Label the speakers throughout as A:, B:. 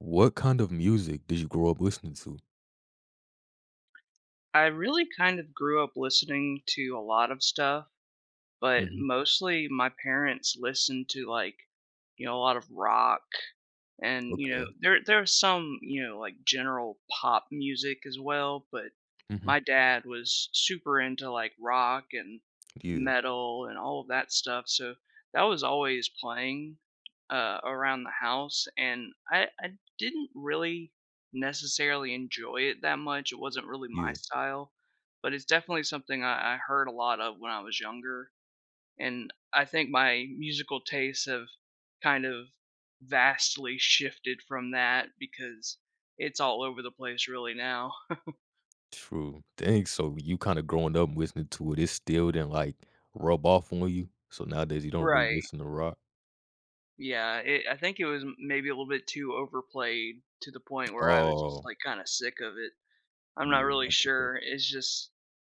A: What kind of music did you grow up listening to?
B: I really kind of grew up listening to a lot of stuff, but
A: Mhm,
B: mostly my parents listened to, like, you know, a lot of rock and, you know,
A: okay,
B: there's some, you know, like, general pop music as well, but
A: mhm,
B: my dad was super into, like, rock and
A: yeah,
B: metal and all of that stuff, so that was always playing, around the house, and I didn't really necessarily enjoy it that much. It wasn't really my
A: yeah,
B: style, but it's definitely something I heard a lot of when I was younger, and I think my musical tastes have kind of vastly shifted from that because it's all over the place really now.
A: true, dang, so you kinda growing up listening to it still didn't, like, rub off on you? So nowadays, you don't really
B: Right.
A: listen to rock?
B: Yeah, I think it was maybe a little bit too overplayed to the point where I was just,
A: Oh,
B: like, kind of sick of it. I'm not
A: yeah,
B: really
A: I get that.
B: sure. It's just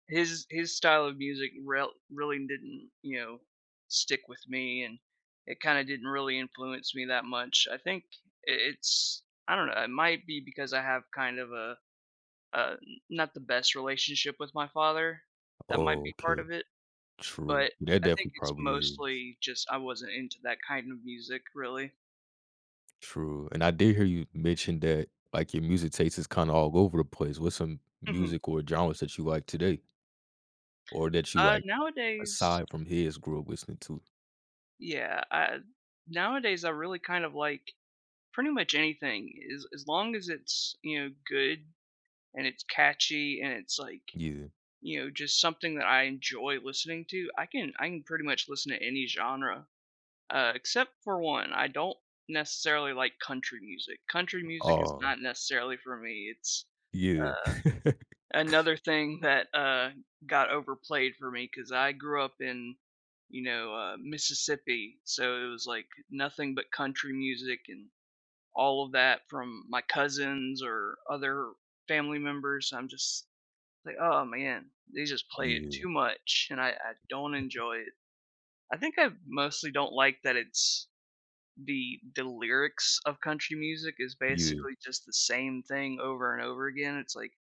B: his style of music really didn't, you know, stick with me, and it kind of didn't really influence me that much. I think it's, I don't know, it might be because I have kind of a not the best relationship with my father. That might
A: Oh,
B: be part
A: okay,
B: of it,
A: true,
B: but
A: yeah, that
B: I
A: definitely
B: think it's
A: probably is,
B: mostly just I wasn't into that kind of music really.
A: true, and I did hear you mention that, like, your music taste is kinda all over the place. What's some
B: Mhm.
A: music or genres that you like today? Or that you like,
B: Nowadays,
A: aside from his, grew up listening to?
B: yeah, I nowadays I really kind of like pretty much anything, as long as it's, you know, good and it's catchy and it's, like,
A: Yeah,
B: you know, just something that I enjoy listening to. I can pretty much listen to any genre, except for one. I don't necessarily like country music. Country music is
A: aw.
B: not necessarily for me. It's,
A: Yeah,
B: uh, another thing that, got overplayed for me because I grew up in, you know, Mississippi, so it was, like, nothing but country music and all of that from my cousins or other family members. I'm just like, oh man, they just play it
A: yeah,
B: too much, and I don't enjoy it. I think I mostly don't like that it's the lyrics of country music is
A: yeah.
B: basically just the same thing over and over again. It's like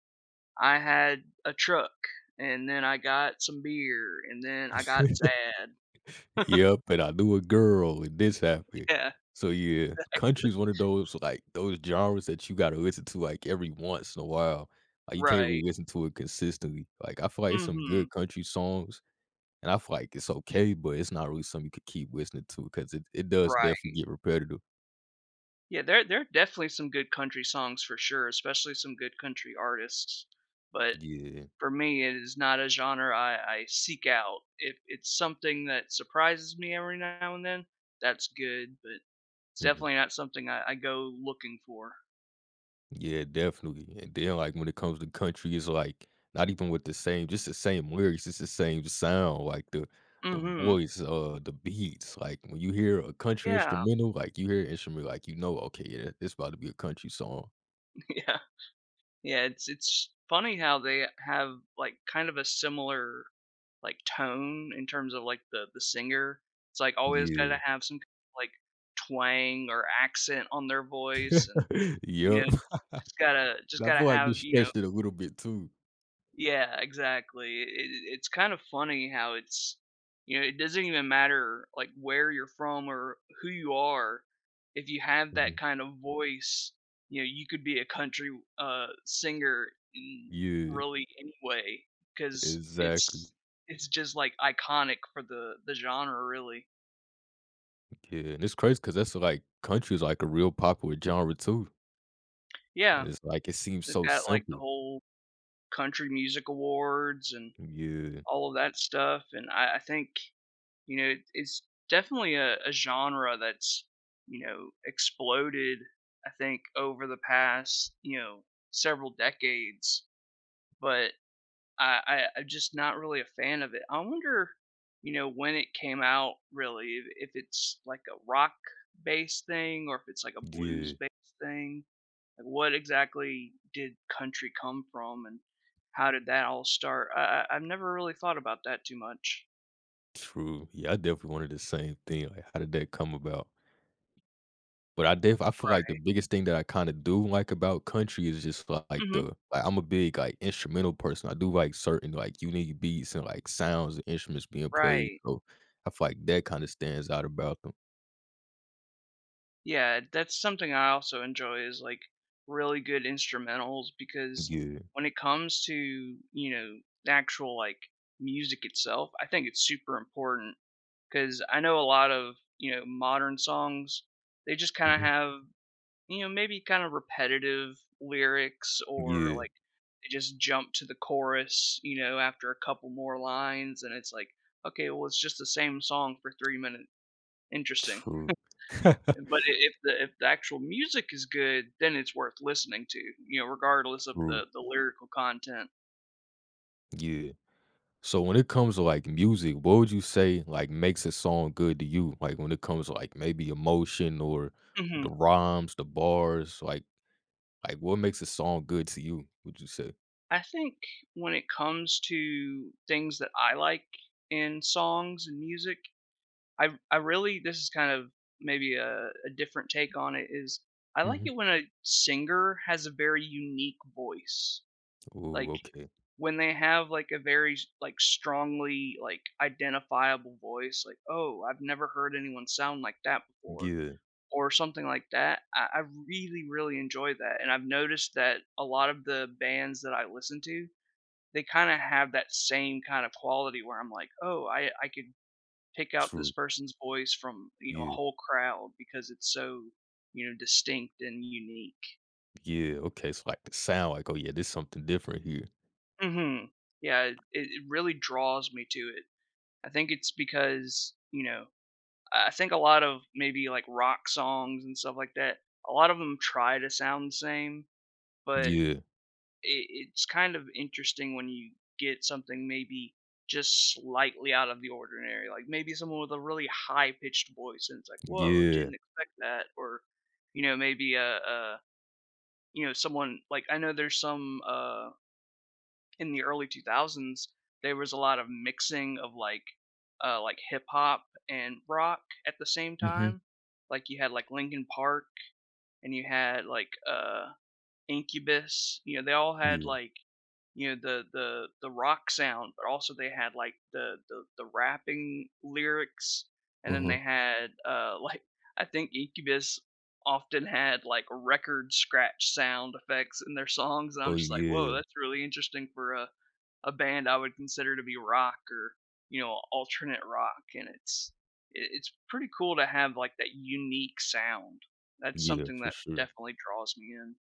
B: I had a truck and then I got some beer and then I got sad.
A: Yep, and I knew a girl and this happened.
B: Yeah,
A: So yeah,
B: exactly.
A: country's one of those like those genres that you gotta listen to like every once in a while. Like you can't really
B: Right.
A: listen to it consistently. Like I feel like it's some
B: Mhm.
A: good country songs, and I feel like it's okay, but it's not really something you could keep listening to because it does
B: Right.
A: definitely get repetitive.
B: Yeah, there are definitely some good country songs for sure, especially some good country artists. But
A: Yeah.
B: for me, it is not a genre I seek out. If it's something that surprises me every now and then, that's good. But it's
A: Mhm.
B: definitely not something I go looking for.
A: Yeah, definitely. And then, like, when it comes to country, it's like not even with the same, just the same lyrics, it's the same sound, like the
B: Mm-hmm.
A: voice, the beats. Like when you hear a country
B: Yeah,
A: instrumental, like you hear an instrument, like you know, okay, yeah, it's about to be a country song.
B: yeah, yeah. It's funny how they have, like, kind of a similar, like, tone in terms of, like, the singer. It's, like, always gotta
A: Yeah.
B: have some, kind of like, twang or accent on their voice, and, you
A: Yep.
B: know, just gotta just
A: And I
B: gotta
A: feel like they
B: have, you know,
A: stretched it a little bit too.
B: yeah, exactly. It's kind of funny how it's, you know, it doesn't even matter, like, where you're from or who you are. If you have that
A: Mhm.
B: kind of voice, you know, you could be a country singer in
A: Yeah,
B: really any way because
A: exactly.
B: it's just like iconic for the genre really.
A: Yeah. And it's crazy because that's like country is like a real popular genre too.
B: Yeah,
A: And it's like it seems
B: they've
A: so
B: got, like, the
A: simple.
B: whole country music awards and
A: Yeah.
B: all of that stuff, and I think, you know, it's definitely a genre that's, you know, exploded, I think, over the past, you know, several decades, but I'm just not really a fan of it. I wonder, you know, when it came out really, if it's like a rock-based thing or if it's like a
A: Yeah.
B: blues-based thing. Like, what exactly did country come from, and how did that all start? I've never really thought about that too much.
A: True. Yeah, I definitely wanted the same thing. Like, how did that come about? But I feel like the
B: Right.
A: biggest thing that I kinda do like about country is just like
B: Mhm.
A: the like I'm a big like instrumental person. I do like certain like unique beats and like sounds and instruments being played.
B: Right.
A: So I feel like that kinda stands out about them.
B: Yeah, that's something I also enjoy is, like, really good instrumentals because
A: Yeah.
B: when it comes to, you know, the actual, like, music itself, I think it's super important because I know a lot of, you know, modern songs, they just kind of
A: Mhm.
B: have, you know, maybe kind of repetitive lyrics, or,
A: Yeah.
B: like, they just jump to the chorus, you know, after a couple more lines and it's like, okay, well, it's just the same song for 3 minutes. Interesting.
A: True.
B: But I if the actual music is good, then it's worth listening to, you know, regardless of
A: True.
B: the Mhm. lyrical content.
A: Yeah. So when it comes to like music, what would you say like makes a song good to you? Like when it comes to like maybe emotion or the
B: Mhm.
A: rhymes, the bars, like what makes a song good to you? Would you say?
B: I think when it comes to things that I like in songs and music, I really, this is kind of maybe a different take on it is I like
A: Hmm.
B: it when a singer has a very unique voice.
A: Oh,
B: Like,
A: okay,
B: when they have, like, a very like strongly, like, identifiable voice, like, oh, I've never heard anyone sound like that before
A: yeah,
B: or something like that. I Really, really enjoy that. And I've noticed that a lot of the bands that I listen to, they kind of have that same kind of quality where I'm like, oh, I could pick out this
A: true,
B: person's voice from, you know, a
A: yeah,
B: whole crowd because it's so, you know, distinct and unique.
A: yeah. Okay, so like the sound, like oh yeah, there's something different here.
B: Hmm. Yeah, it really draws me to it. I think it's because, you know, I think a lot of maybe like rock songs and stuff like that, a lot of them try to sound the same, but
A: Yeah,
B: it's kind of interesting when you get something maybe just slightly out of the ordinary. Like maybe someone with a really high pitched voice, and it's like, whoa,
A: yeah,
B: didn't expect that. Or, you know, maybe a you know someone like I know there's some in the early 2000s there was a lot of mixing of like hip hop and rock at the same
A: hmm,
B: time. Like you had like Linkin Park and you had like Incubus. You know, they all had
A: yeah,
B: like you know the the rock sound, but also they had like the the rapping lyrics, and then
A: uh-huh.
B: they had like I think Incubus often had like record scratch sound effects in their songs, and I'm
A: Oh
B: just like, whoa,
A: yeah,
B: that's really interesting for a band I would consider to be rock or, you know, alternate rock, and it's it's pretty cool to have, like, that unique sound. That's
A: yeah,
B: something
A: for
B: that
A: sure.
B: definitely draws me in.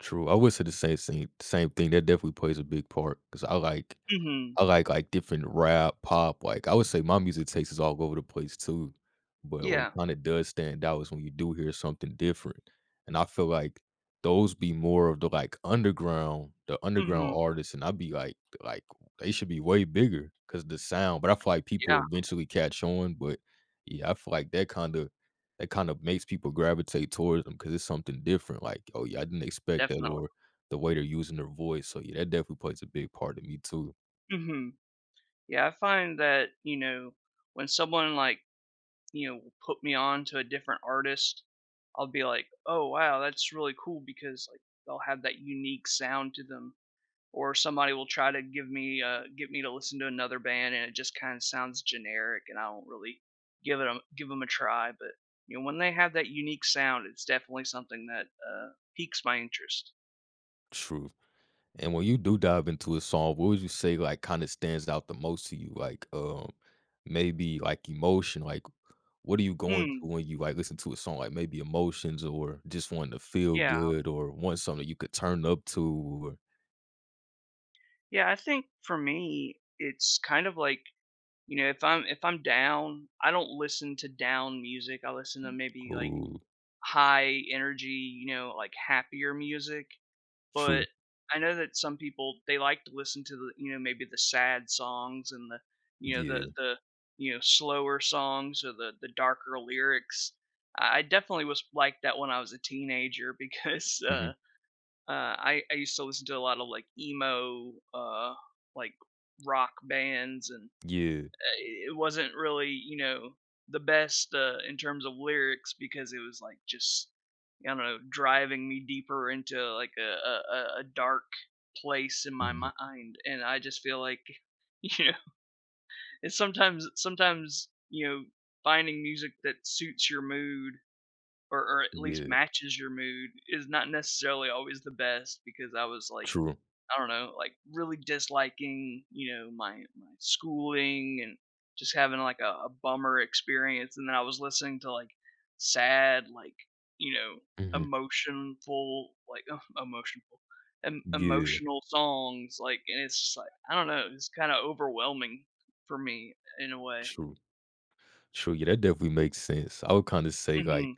A: True. I would say the same thing. Same thing. That definitely plays a big part because
B: Hmm.
A: I like different rap, pop, like, I would say my music taste is all over the place too, but what
B: Yeah.
A: kinda does stand out is when you do hear something different, and I feel like those be more of the, like, underground
B: Hmm.
A: artists, and I'd be like, they should be way bigger because the sound, but I feel like
B: Yeah.
A: people eventually catch on, but yeah, I feel like that kinda makes people gravitate towards them because it's something different, like, "Oh, yeah, I didn't expect that,"
B: Definitely.
A: or the way they're using their voice. So yeah, that definitely plays a big part in me too.
B: Hmm. Yeah, I find that, you know, when someone, like, you know, will put me on to a different artist, I'll be like, oh, wow, that's really cool because like they'll have that unique sound to them. Or somebody will try to give me, get me to listen to another band and it just kind of sounds generic and I don't really give it a, give them a try. But, you know, when they have that unique sound, it's definitely something that, piques my interest.
A: True. And when you do dive into a song, what would you say like kind of stands out the most to you? Like maybe like emotion, like what are you going
B: Hmm.
A: through when you like listen to a song? Like maybe emotions or just wanting to feel
B: Yeah.
A: good or want something you could turn up to
B: Yeah. I think for me, it's kind of like, you know, if I'm down, I don't listen to down music. I listen to maybe
A: or
B: like
A: ooh,
B: high energy, you know, like happier music.
A: true.
B: But I know that some people, they like to listen to the, you know, maybe the sad songs and the, you know, the
A: Yeah.
B: you know slower songs or the darker lyrics. I Definitely was like that when I was a teenager because
A: Hmm.
B: I used to listen to a lot of like emo like rock bands, and
A: Yeah.
B: it wasn't really, you know, the best, in terms of lyrics because it was like just I don't know, driving me deeper into like a a dark place in my
A: Hmm.
B: mind, and I just feel like you know, it's sometimes you know, finding music that suits your mood or at least
A: Yeah.
B: matches your mood is not necessarily always the best because I was like
A: True.
B: I don't know, like really disliking, you know, my schooling and just having like a bummer experience. And then I was listening to like sad, like, you know,
A: Hmm.
B: emotional, like emotional,
A: Yeah.
B: emotional songs. Like, and it's just like I don't know, it's kind of overwhelming for me in a way.
A: True. True. Yeah, that definitely makes sense. I would kind of say like
B: Hmm.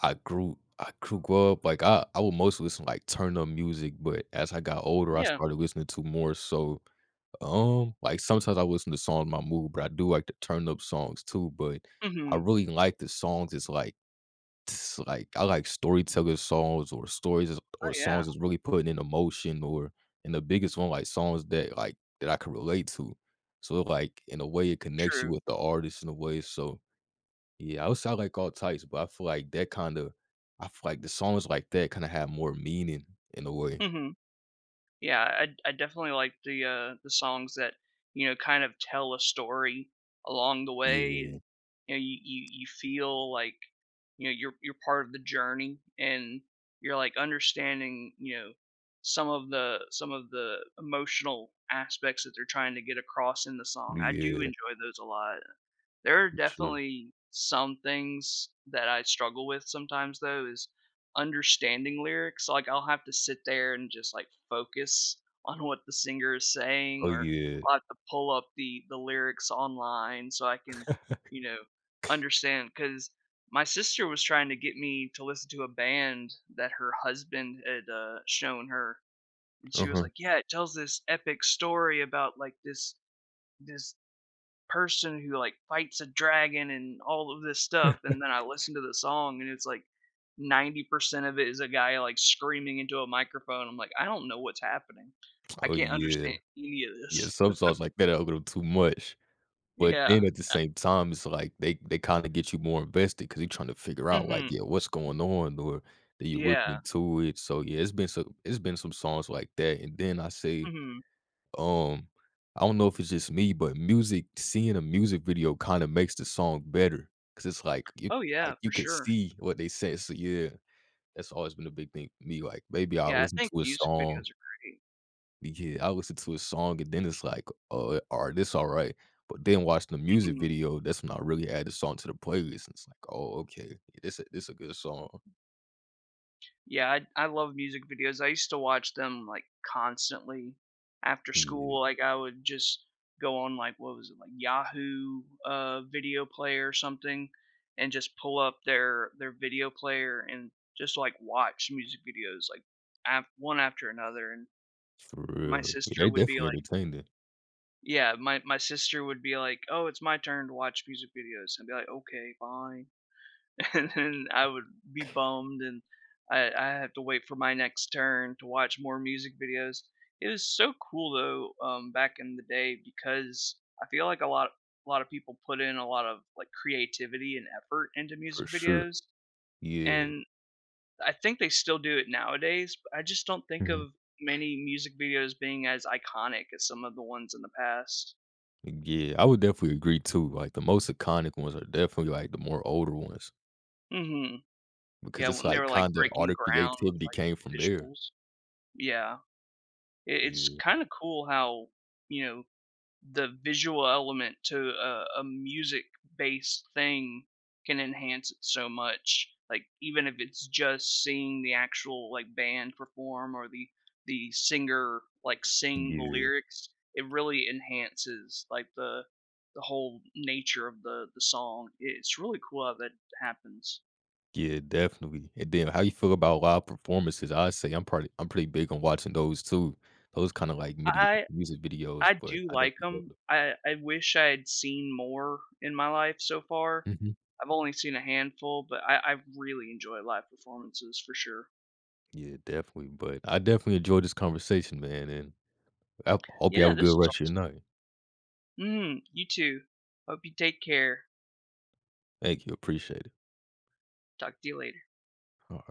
A: I grew up like I would mostly listen like turn up music, but as I got older, I
B: Yeah.
A: started listening to more so like sometimes I listen to songs my mood, but I do like the turn up songs too. But I
B: Hmm.
A: really like the songs. It's like I like storyteller songs or
B: Oh
A: or
B: yeah.
A: songs that's really putting in emotion, or and the biggest one like songs that like that I can relate to. So like in a way it connects you
B: True.
A: with the artist in a way. So yeah, I would say I like all types, but I feel like that kinda I feel like the songs like that kinda have more meaning in a way.
B: Hmm. Yeah, I definitely like the songs that, you know, kind of tell a story along the way,
A: Yeah.
B: and, you know, you feel like, you know, you're part of the journey, and you're, like, understanding, you know, some of the emotional aspects that they're trying to get across in the song. I do
A: Yeah.
B: enjoy those a lot. There are
A: Sure.
B: definitely some things that I struggle with sometimes though is understanding lyrics, like, I'll have to sit there and just, like, focus on what the singer is saying,
A: Oh,
B: or
A: yeah.
B: I'll have to pull up the lyrics online so I can, you know, understand. Because my sister was trying to get me to listen to a band that her husband had, shown her, and she was
A: Uh-huh.
B: like, "Yeah, it tells this epic story about, like, this person who like fights a dragon and all of this stuff," and then I listen to the song and it's like 90% of it is a guy like screaming into a microphone. I'm like, "I don't know what's happening. I
A: Oh,
B: can't
A: yeah.
B: understand any of
A: Yeah,
B: this."
A: some songs like that are a little too much, but then
B: Yeah.
A: at the same time, it's like they kinda get you more invested because 'cause you're trying to figure out, like,
B: Mhm.
A: yeah, what's going on or that you're looking
B: Yeah.
A: into it. So yeah, it's been some songs like that, and then I say
B: Mhm.
A: um I don't know if it's just me, but music seeing a music video kinda makes the song better. Cause it's
B: Oh, yeah,
A: like, you
B: for
A: can
B: sure.
A: see what they said, so yeah, that's always been a big thing for me, like, maybe I'll
B: Yeah, I
A: listen
B: think
A: to a
B: music
A: song
B: videos are great.
A: yeah, I listen to a song and then it's like, oh, alright, this alright," but then watching the music
B: Mhm.
A: video, that's when I really add the song to the playlist, and it's like, "Oh, okay, yeah, this a good song."
B: Yeah, I love music videos. I used to watch them, like, constantly after
A: Yeah,
B: school, like, I would just go on, like, what was it, like, Yahoo, video player or something, and just pull up their video player and just, like, watch music videos, like, af one after another, and
A: for
B: my
A: real. Yeah,
B: sister
A: they
B: would be
A: definitely
B: like
A: entertained it
B: yeah, my sister would be like, "Oh, it's my turn to watch music videos." I'd be like, "Okay, fine." And then I would be bummed, and I have to wait for my next turn to watch more music videos. It was so cool though, back in the day because I feel like a lot of people put in a lot of like creativity and effort into music
A: for sure.
B: videos,
A: Yeah.
B: and I think they still do it nowadays. But I just don't think of many music videos being as iconic as some of the ones in the past.
A: Yeah, I would definitely agree too. Like the most iconic ones are definitely like the more older ones
B: Hmm.
A: because
B: Yeah,
A: it's
B: when they
A: like
B: were like
A: kind of all
B: breaking
A: the
B: ground with
A: creativity
B: like
A: came from there.
B: visuals. Yeah. It's
A: Yeah,
B: kind of cool how, you know, the visual element to a music based thing can enhance it so much. Like even if it's just seeing the actual like band perform or the singer like sing the
A: yeah,
B: lyrics, it really enhances like the whole nature of the song. It's really cool how that happens.
A: yeah, definitely. And then how you feel about live performances? I say I'm pretty big on watching those too. Those kind of like
B: I
A: music videos,
B: I
A: but
B: do
A: I
B: like
A: definitely love
B: them.
A: them.
B: I wish I had seen more in my life so far.
A: Hmm.
B: I've only seen a handful, but I really enjoy live performances for sure.
A: Yeah, definitely. But I definitely enjoyed this conversation, man, and I hope you have
B: Yeah,
A: a
B: this
A: good
B: is
A: rest of your
B: awesome.
A: night.
B: Mm, you too. Hope you take care.
A: Thank you, appreciate it.
B: Talk to you later.
A: All right.